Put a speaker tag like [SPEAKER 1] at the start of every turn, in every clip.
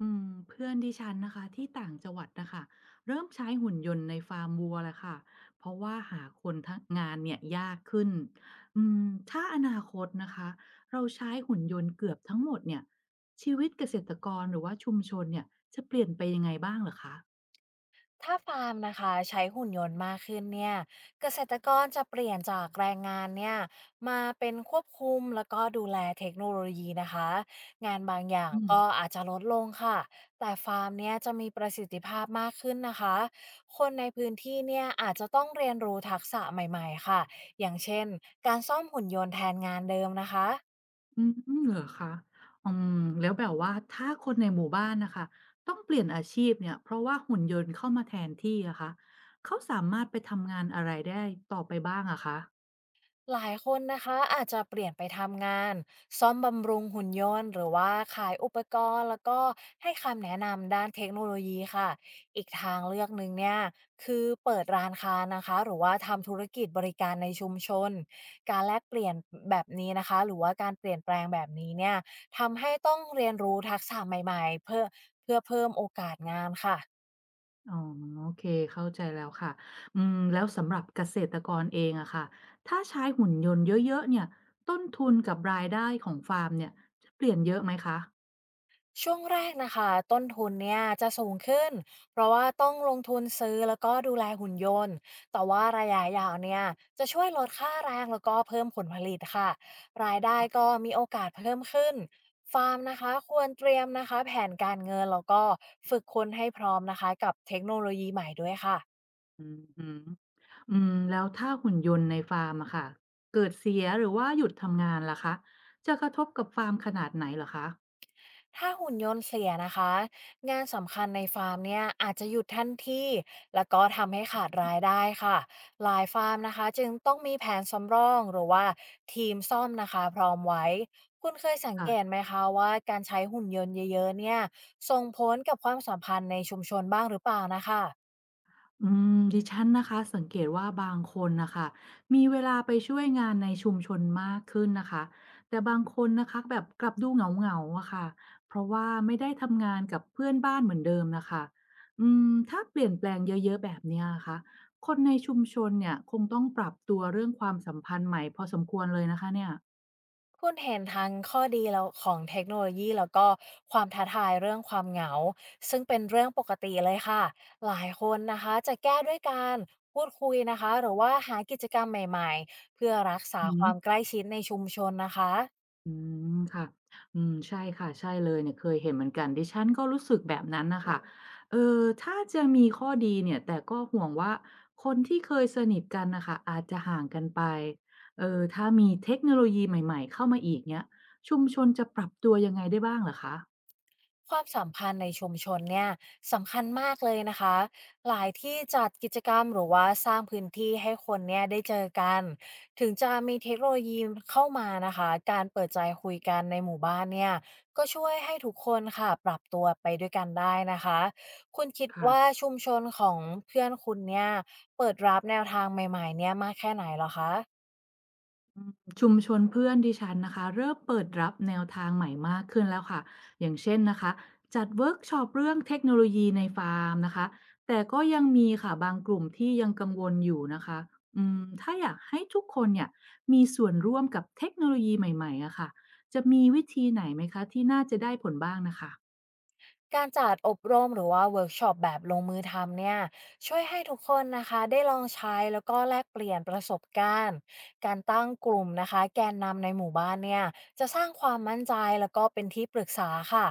[SPEAKER 1] อืมเพื่อนดิฉันนะคะที่ต่างจังหวัดนะคะเริ่มใช้หุ่นยนต์ในฟาร์มวัวแล้วค่ะเพราะว่าหาคนทำงานเนี่ยยากขึ้นอืมถ้าอนาคตนะคะเราใช้หุ่นยนต์เกือบทั้งหมดเนี่ยชีวิตเกษตรกรหรือว่าชุมชนเนี่ยจะเปลี่ยนไปยังไงบ้างเหรอคะ
[SPEAKER 2] ถ้าฟาร์มนะคะใช้หุ่นยนต์มากขึ้นเนี่ยเกษตรกรจะเปลี่ยนจากแรงงานเนี่ยมาเป็นควบคุมแล้วก็ดูแลเทคโนโลยีนะคะงานบางอย่าง
[SPEAKER 1] อืม
[SPEAKER 2] ก็อาจจะลดลงค่ะแต่ฟาร์มเนี่ยจะมีประสิทธิภาพมากขึ้นนะคะคนในพื้นที่เนี่ยอาจจะต้องเรียนรู้ทักษะใหม่ๆค่ะอย่างเช่นการซ่อมหุ่นยนต์แทนงานเดิมนะคะ
[SPEAKER 1] อืมเหรอคะอืมแล้วแบบว่าถ้าคนในหมู่บ้านนะคะต้องเปลี่ยนอาชีพเนี่ยเพราะว่าหุ่นยนต์เข้ามาแทนที่อะคะเขาสามารถไปทำงานอะไรได้ต่อไปบ้างอะคะ
[SPEAKER 2] หลายคนนะคะอาจจะเปลี่ยนไปทำงานซ่อมบำรุงหุ่นยนต์หรือว่าขายอุปกรณ์แล้วก็ให้คำแนะนำด้านเทคโนโลยีค่ะอีกทางเลือกหนึ่งเนี่ยคือเปิดร้านค้านะคะหรือว่าทำธุรกิจบริการในชุมชนการแลกเปลี่ยนแบบนี้นะคะหรือว่าการเปลี่ยนแปลงแบบนี้เนี่ยทำให้ต้องเรียนรู้ทักษะใหม่ๆเพื่อเพิ่มโอกาสงานค่ะ
[SPEAKER 1] อ๋อโอเคเข้าใจแล้วค่ะแล้วสำหรับเกษตรกรเองอะค่ะถ้าใช้หุ่นยนต์เยอะๆเนี่ยต้นทุนกับรายได้ของฟาร์มเนี่ยจะเปลี่ยนเยอะไหมคะ
[SPEAKER 2] ช่วงแรกนะคะต้นทุนเนี่ยจะสูงขึ้นเพราะว่าต้องลงทุนซื้อแล้วก็ดูแลหุ่นยนต์แต่ว่าระยะยาวเนี่ยจะช่วยลดค่าแรงแล้วก็เพิ่มผลผลิตค่ะรายได้
[SPEAKER 1] อ
[SPEAKER 2] ก็มีโอกาสเพิ่มขึ้นฟาร์มนะคะควรเตรียมนะคะแผนการเงินแล้วก็ฝึกคนให้พร้อมนะคะกับเทคโนโลยีใหม่ด้วยค่ะ
[SPEAKER 1] ือฮึแล้วถ้าหุ่นยนต์ในฟาร์มอะค่ะเกิดเสียหรือว่าหยุดทำงานล่ะคะจะกระทบกับฟาร์มขนาดไหนเหรอคะ
[SPEAKER 2] ถ้าหุ่นยนต์เสียนะคะงานสำคัญในฟาร์มเนี่ยอาจจะหยุดทันทีแล้วก็ทำให้ขาดรายได้ค่ะหลายฟาร์มนะคะจึงต้องมีแผนสำรองหรือว่าทีมซ่อมนะคะพร้อมไว้คุณเคยสังเกต
[SPEAKER 1] ค่ะ
[SPEAKER 2] ไหมคะว่าการใช้หุ่นยนต์เยอะๆเนี่ยส่งผลกับความสัมพันธ์ในชุมชนบ้างหรือเปล่านะคะ
[SPEAKER 1] อืมดิฉันนะคะสังเกตว่าบางคนนะคะมีเวลาไปช่วยงานในชุมชนมากขึ้นนะคะแต่บางคนนะคะแบบกลับดูเหงาๆอะค่ะเพราะว่าไม่ได้ทำงานกับเพื่อนบ้านเหมือนเดิมนะคะถ้าเปลี่ยนแปลงเยอะๆแบบเนี้ยนะคะคนในชุมชนเนี่ยคงต้องปรับตัวเรื่องความสัมพันธ์ใหม่พอสมควรเลยนะคะเนี่ย
[SPEAKER 2] คุณเห็นทั้งข้อดีแล้วของเทคโนโลยีแล้วก็ความท้าทายเรื่องความเหงาซึ่งเป็นเรื่องปกติเลยค่ะหลายคนนะคะจะแก้ด้วยการพูดคุยนะคะหรือว่าหากิจกรรมใหม่ๆเพื่อรักษา
[SPEAKER 1] อื
[SPEAKER 2] ค
[SPEAKER 1] ม
[SPEAKER 2] วามใกล้ชิดในชุมชนนะคะ
[SPEAKER 1] อืมค่ะใช่ค่ะใช่เลยเนี่ยเคยเห็นเหมือนกันดิฉันก็รู้สึกแบบนั้นน่ะค่ะเอ่อถ้าจะมีข้อดีเนี่ยแต่ก็ห่วงว่าคนที่เคยสนิทกันน่ะค่ะอาจจะห่างกันไปเอ่อถ้ามีเทคโนโลยีใหม่ๆเข้ามาอีกเงี้ยชุมชนจะปรับตัวยังไงได้บ้างเหรอคะ
[SPEAKER 2] ความสัมพันธ์ในชุมชนเนี่ยสำคัญมากเลยนะคะหลายที่จัดกิจกรรมหรือว่าสร้างพื้นที่ให้คนเนี่ยได้เจอกันถึงจะมีเทคโนโลยีเข้ามานะคะการเปิดใจคุยกันในหมู่บ้านเนี่ยก็ช่วยให้ทุกคนค่ะปรับตัวไปด้วยกันได้นะคะคุณคิด
[SPEAKER 1] ค่ะ
[SPEAKER 2] ว่าชุมชนของเพื่อนคุณเนี่ยเปิดรับแนวทางใหม่ๆเนี่ยมากแค่ไหนเหรอคะ
[SPEAKER 1] ชุมชนเพื่อนดิฉันนะคะเริ่มเปิดรับแนวทางใหม่มากขึ้นแล้วค่ะอย่างเช่นนะคะจัดเวิร์กช็อปเรื่องเทคโนโลยีในฟาร์มนะคะแต่ก็ยังมีค่ะบางกลุ่มที่ยังกังวลอยู่นะคะถ้าอยากให้ทุกคนเนี่ยมีส่วนร่วมกับเทคโนโลยีใหม่ๆอะค่ะจะมีวิธีไหนไหมคะที่น่าจะได้ผลบ้างนะคะ
[SPEAKER 2] การจัดอบรมหรือว่าเวิร์กช็อปแบบลงมือทำเนี่ยช่วยให้ทุกคนนะคะได้ลองใช้แล้วก็แลกเปลี่ยนประสบการณ์การตั้งกลุ่มนะคะแกนนำในหมู่บ้านเนี่ยจะสร้างความมั่นใจแล้วก็เป็นที่ปรึกษาค่ะ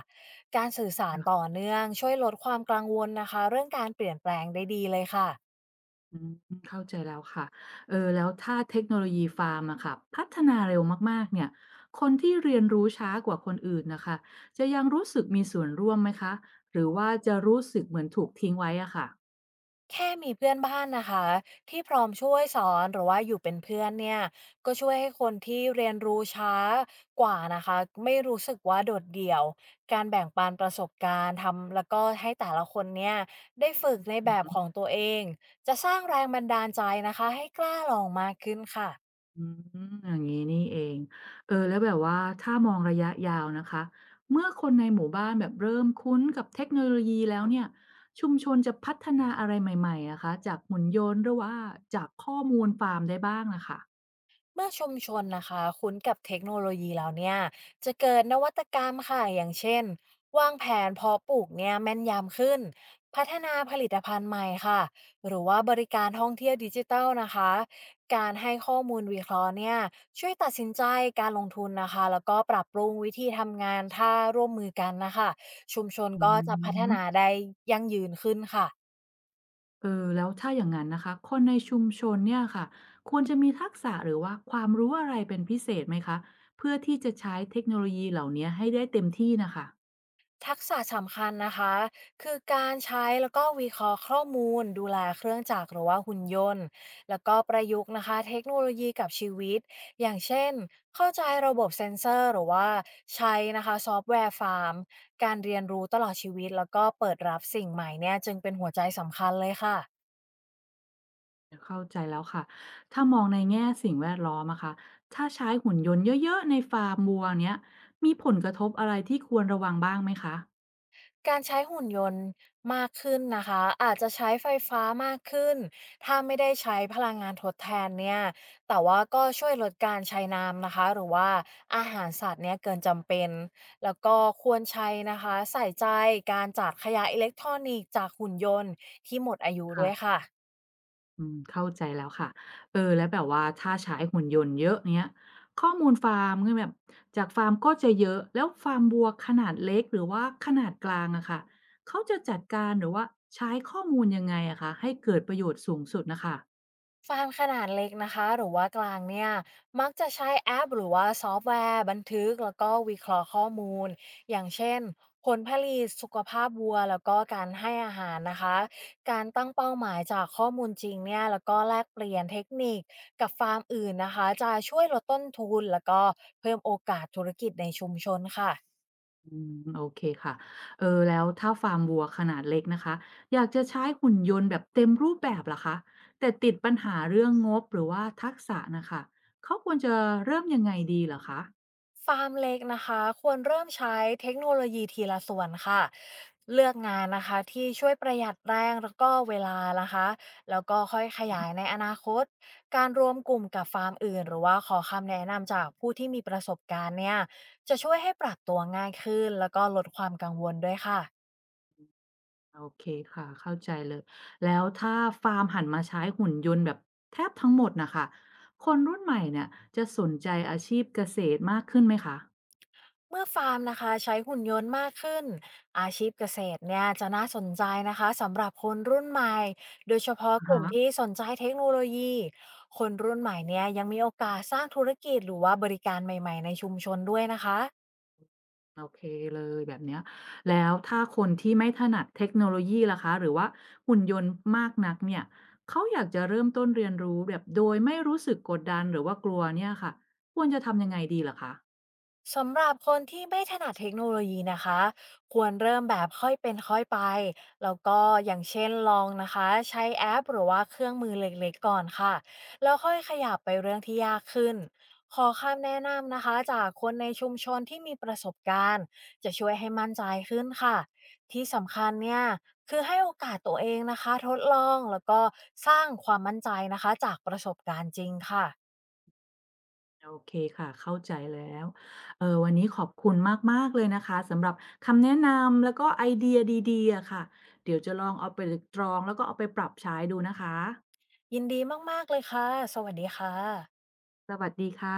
[SPEAKER 2] การสื่อสารต่อเนื่องช่วยลดความกังวลนะคะเรื่องการเปลี่ยนแปลงได้ดีเลยค่ะ
[SPEAKER 1] อืมเข้าใจแล้วค่ะเออแล้วถ้าเทคโนโลยีฟาร์มอะค่ะพัฒนาเร็วมากๆเนี่ยคนที่เรียนรู้ช้ากว่าคนอื่นนะคะจะยังรู้สึกมีส่วนร่วมไหมคะหรือว่าจะรู้สึกเหมือนถูกทิ้งไว้อะค่ะ
[SPEAKER 2] แค่มีเพื่อนบ้านนะคะที่พร้อมช่วยสอนหรือว่าอยู่เป็นเพื่อนเนี่ยก็ช่วยให้คนที่เรียนรู้ช้ากว่านะคะไม่รู้สึกว่าโดดเดี่ยวการแบ่งปันประสบการณ์ทำแล้วก็ให้แต่ละคนเนี่ยได้ฝึกในแบบของตัวเองจะสร้างแรงบันดาลใจนะคะให้กล้าลองมากขึ้นค่ะ
[SPEAKER 1] อืมอย่างนี้นี่เองเออแล้วแบบว่าถ้ามองระยะยาวนะคะเมื่อคนในหมู่บ้านแบบเริ่มคุ้นกับเทคโนโลยีแล้วเนี่ยชุมชนจะพัฒนาอะไรใหม่ๆอะคะจากหุ่นยนต์หรือว่าจากข้อมูลฟาร์มได้บ้างนะคะ
[SPEAKER 2] เมื่อชุมชนนะคะคุ้นกับเทคโนโลยีแล้วเนี่ยจะเกิดนวัตกรรมค่ะอย่างเช่นวางแผนเพาะปลูกเนี่ยแม่นยำขึ้นพัฒนาผลิตภัณฑ์ใหม่ค่ะหรือว่าบริการท่องเที่ยวดิจิทัลนะคะการให้ข้อมูลวิเคราะห์เนี่ยช่วยตัดสินใจการลงทุนนะคะแล้วก็ปรับปรุงวิธีทำงานถ้าร่วมมือกันนะคะชุมชน
[SPEAKER 1] อื
[SPEAKER 2] ก็จะพัฒนา
[SPEAKER 1] ม
[SPEAKER 2] ได้ยั่งยืนขึ้นค่ะ
[SPEAKER 1] เออแล้วถ้าอย่างนั้นนะคะคนในชุมชนเนี่ยค่ะควรจะมีทักษะหรือว่าความรู้อะไรเป็นพิเศษไหมคะเพื่อที่จะใช้เทคโนโลยีเหล่านี้ให้ได้เต็มที่นะคะ
[SPEAKER 2] ทักษะสำคัญนะคะคือการใช้แล้วก็วิเคราะห์ข้อมูลดูแลเครื่องจักรหรือว่าหุ่นยนต์แล้วก็ประยุกต์นะคะเทคโนโลยีกับชีวิตอย่างเช่นเข้าใจระบบเซ็นเซอร์หรือว่าใช้นะคะซอฟต์แวร์ฟาร์มการเรียนรู้ตลอดชีวิตแล้วก็เปิดรับสิ่งใหม่เนี่ยจึงเป็นหัวใจสำคัญเลยค่ะ
[SPEAKER 1] เข้าใจแล้วค่ะถ้ามองในแง่สิ่งแวดล้อมอะค่ะถ้าใช้หุ่นยนต์เยอะๆในฟาร์มวัวเนี้ยมีผลกระทบอะไรที่ควรระวังบ้างไหมคะ
[SPEAKER 2] การใช้หุ่นยนต์มากขึ้นนะคะอาจจะใช้ไฟฟ้ามากขึ้นถ้าไม่ได้ใช้พลังงานทดแทนเนี่ยแต่ว่าก็ช่วยลดการใช้น้ำนะคะหรือว่าอาหารสัตว์เนี่ยเกินจำเป็นแล้วก็ควรใช้นะคะใส่ใจการจัดขยะอิเล็กทรอนิกส์จากหุ่นยนต์ที่หมดอายุด้วย
[SPEAKER 1] ค่ะ
[SPEAKER 2] ค่ะ
[SPEAKER 1] อืมเข้าใจแล้วค่ะเออ แล้วแบบว่าถ้าใช้หุ่นยนต์เยอะเนี้ยข้อมูลฟาร์มคืแบบจากฟาร์มก็จะเยอะ แล้วฟาร์มวัวขนาดเล็กหรือว่าขนาดกลางอะค่ะเขาจะจัดการหรือว่าใช้ข้อมูลยังไงอะคะให้เกิดประโยชน์สูงสุดนะคะ
[SPEAKER 2] ฟาร์มขนาดเล็กนะคะหรือว่ากลางเนี่ยมักจะใช้แอปหรือว่าซอฟต์แวร์บันทึกแล้วก็วิเคราะห์ข้อมูลอย่างเช่นผลผลิตสุขภาพวัวแล้วก็การให้อาหารนะคะการตั้งเป้าหมายจากข้อมูลจริงเนี่ยแล้วก็แลกเปลี่ยนเทคนิคกับฟาร์มอื่นนะคะจะช่วยลดต้นทุนแล้วก็เพิ่มโอกาสธุรกิจในชุมชนค่ะ
[SPEAKER 1] อืมโอเคค่ะ เออ แล้วถ้าฟาร์มวัวขนาดเล็กนะคะ อยากจะใช้หุ่นยนต์แบบเต็มรูปแบบล่ะคะแต่ติดปัญหาเรื่องงบหรือว่าทักษะนะคะเขาควรจะเริ่มยังไงดีเหรอคะ
[SPEAKER 2] ฟาร์มเล็กนะคะควรเริ่มใช้เทคโนโลยีทีละส่วนค่ะเลือกงานนะคะที่ช่วยประหยัดแรงแล้วก็เวลานะคะแล้วก็ค่อยขยายในอนาคตการรวมกลุ่มกับฟาร์มอื่นหรือว่าขอคำแนะนำจากผู้ที่มีประสบการณ์เนี่ยจะช่วยให้ปรับตัวง่ายขึ้นแล้วก็ลดความกังวลด้วยค่ะ
[SPEAKER 1] โอเคค่ะเข้าใจเลยแล้วถ้าฟาร์มหันมาใช้หุ่นยนต์แบบแทบทั้งหมดนะคะคนรุ่นใหม่เนี่ยจะสนใจอาชีพเกษตรมากขึ้นไหมคะ
[SPEAKER 2] เมื่อฟาร์มนะคะใช้หุ่นยนต์มากขึ้นอาชีพเกษตรเนี่ยจะน่าสนใจนะคะสำหรับคนรุ่นใหม่โดยเฉพาะ
[SPEAKER 1] อะ
[SPEAKER 2] ก
[SPEAKER 1] ฮะ
[SPEAKER 2] ลุ่มที่สนใจเทคโนโลยีคนรุ่นใหม่เนี่ยยังมีโอกาสสร้างธุรกิจหรือว่าบริการใหม่ๆในชุมชนด้วยนะคะ
[SPEAKER 1] โอเคเลยแบบเนี้ยแล้วถ้าคนที่ไม่ถนัดเทคโนโลยีล่ะคะหรือว่าหุ่นยนต์มากนักเนี่ยเขาอยากจะเริ่มต้นเรียนรู้แบบโดยไม่รู้สึกกดดันหรือว่ากลัวเนี่ยค่ะควรจะทำยังไงดีล่ะคะ
[SPEAKER 2] สำหรับคนที่ไม่ถนัดเทคโนโลยีนะคะควรเริ่มแบบค่อยเป็นค่อยไปแล้วก็อย่างเช่นลองนะคะใช้แอปหรือว่าเครื่องมือเล็กๆก่อนค่ะแล้วค่อยขยับไปเรื่องที่ยากขึ้นขอคำแนะนำนะคะจากคนในชุมชนที่มีประสบการณ์จะช่วยให้มั่นใจขึ้นค่ะที่สำคัญเนี่ยคือให้โอกาสตัวเองนะคะทดลองแล้วก็สร้างความมั่นใจนะคะจากประสบการณ์จริงค่ะ
[SPEAKER 1] โอเคค่ะเข้าใจแล้ว เออวันนี้ขอบคุณมากๆเลยนะคะสำหรับคำแนะนำแล้วก็ไอเดียดีๆอะค่ะเดี๋ยวจะลองเอาไปตรองแล้วก็เอาไปปรับใช้ดูนะคะ
[SPEAKER 2] ยินดีมากๆเลยค่ะสวัสดีค่ะ
[SPEAKER 1] สวัสดีค่ะ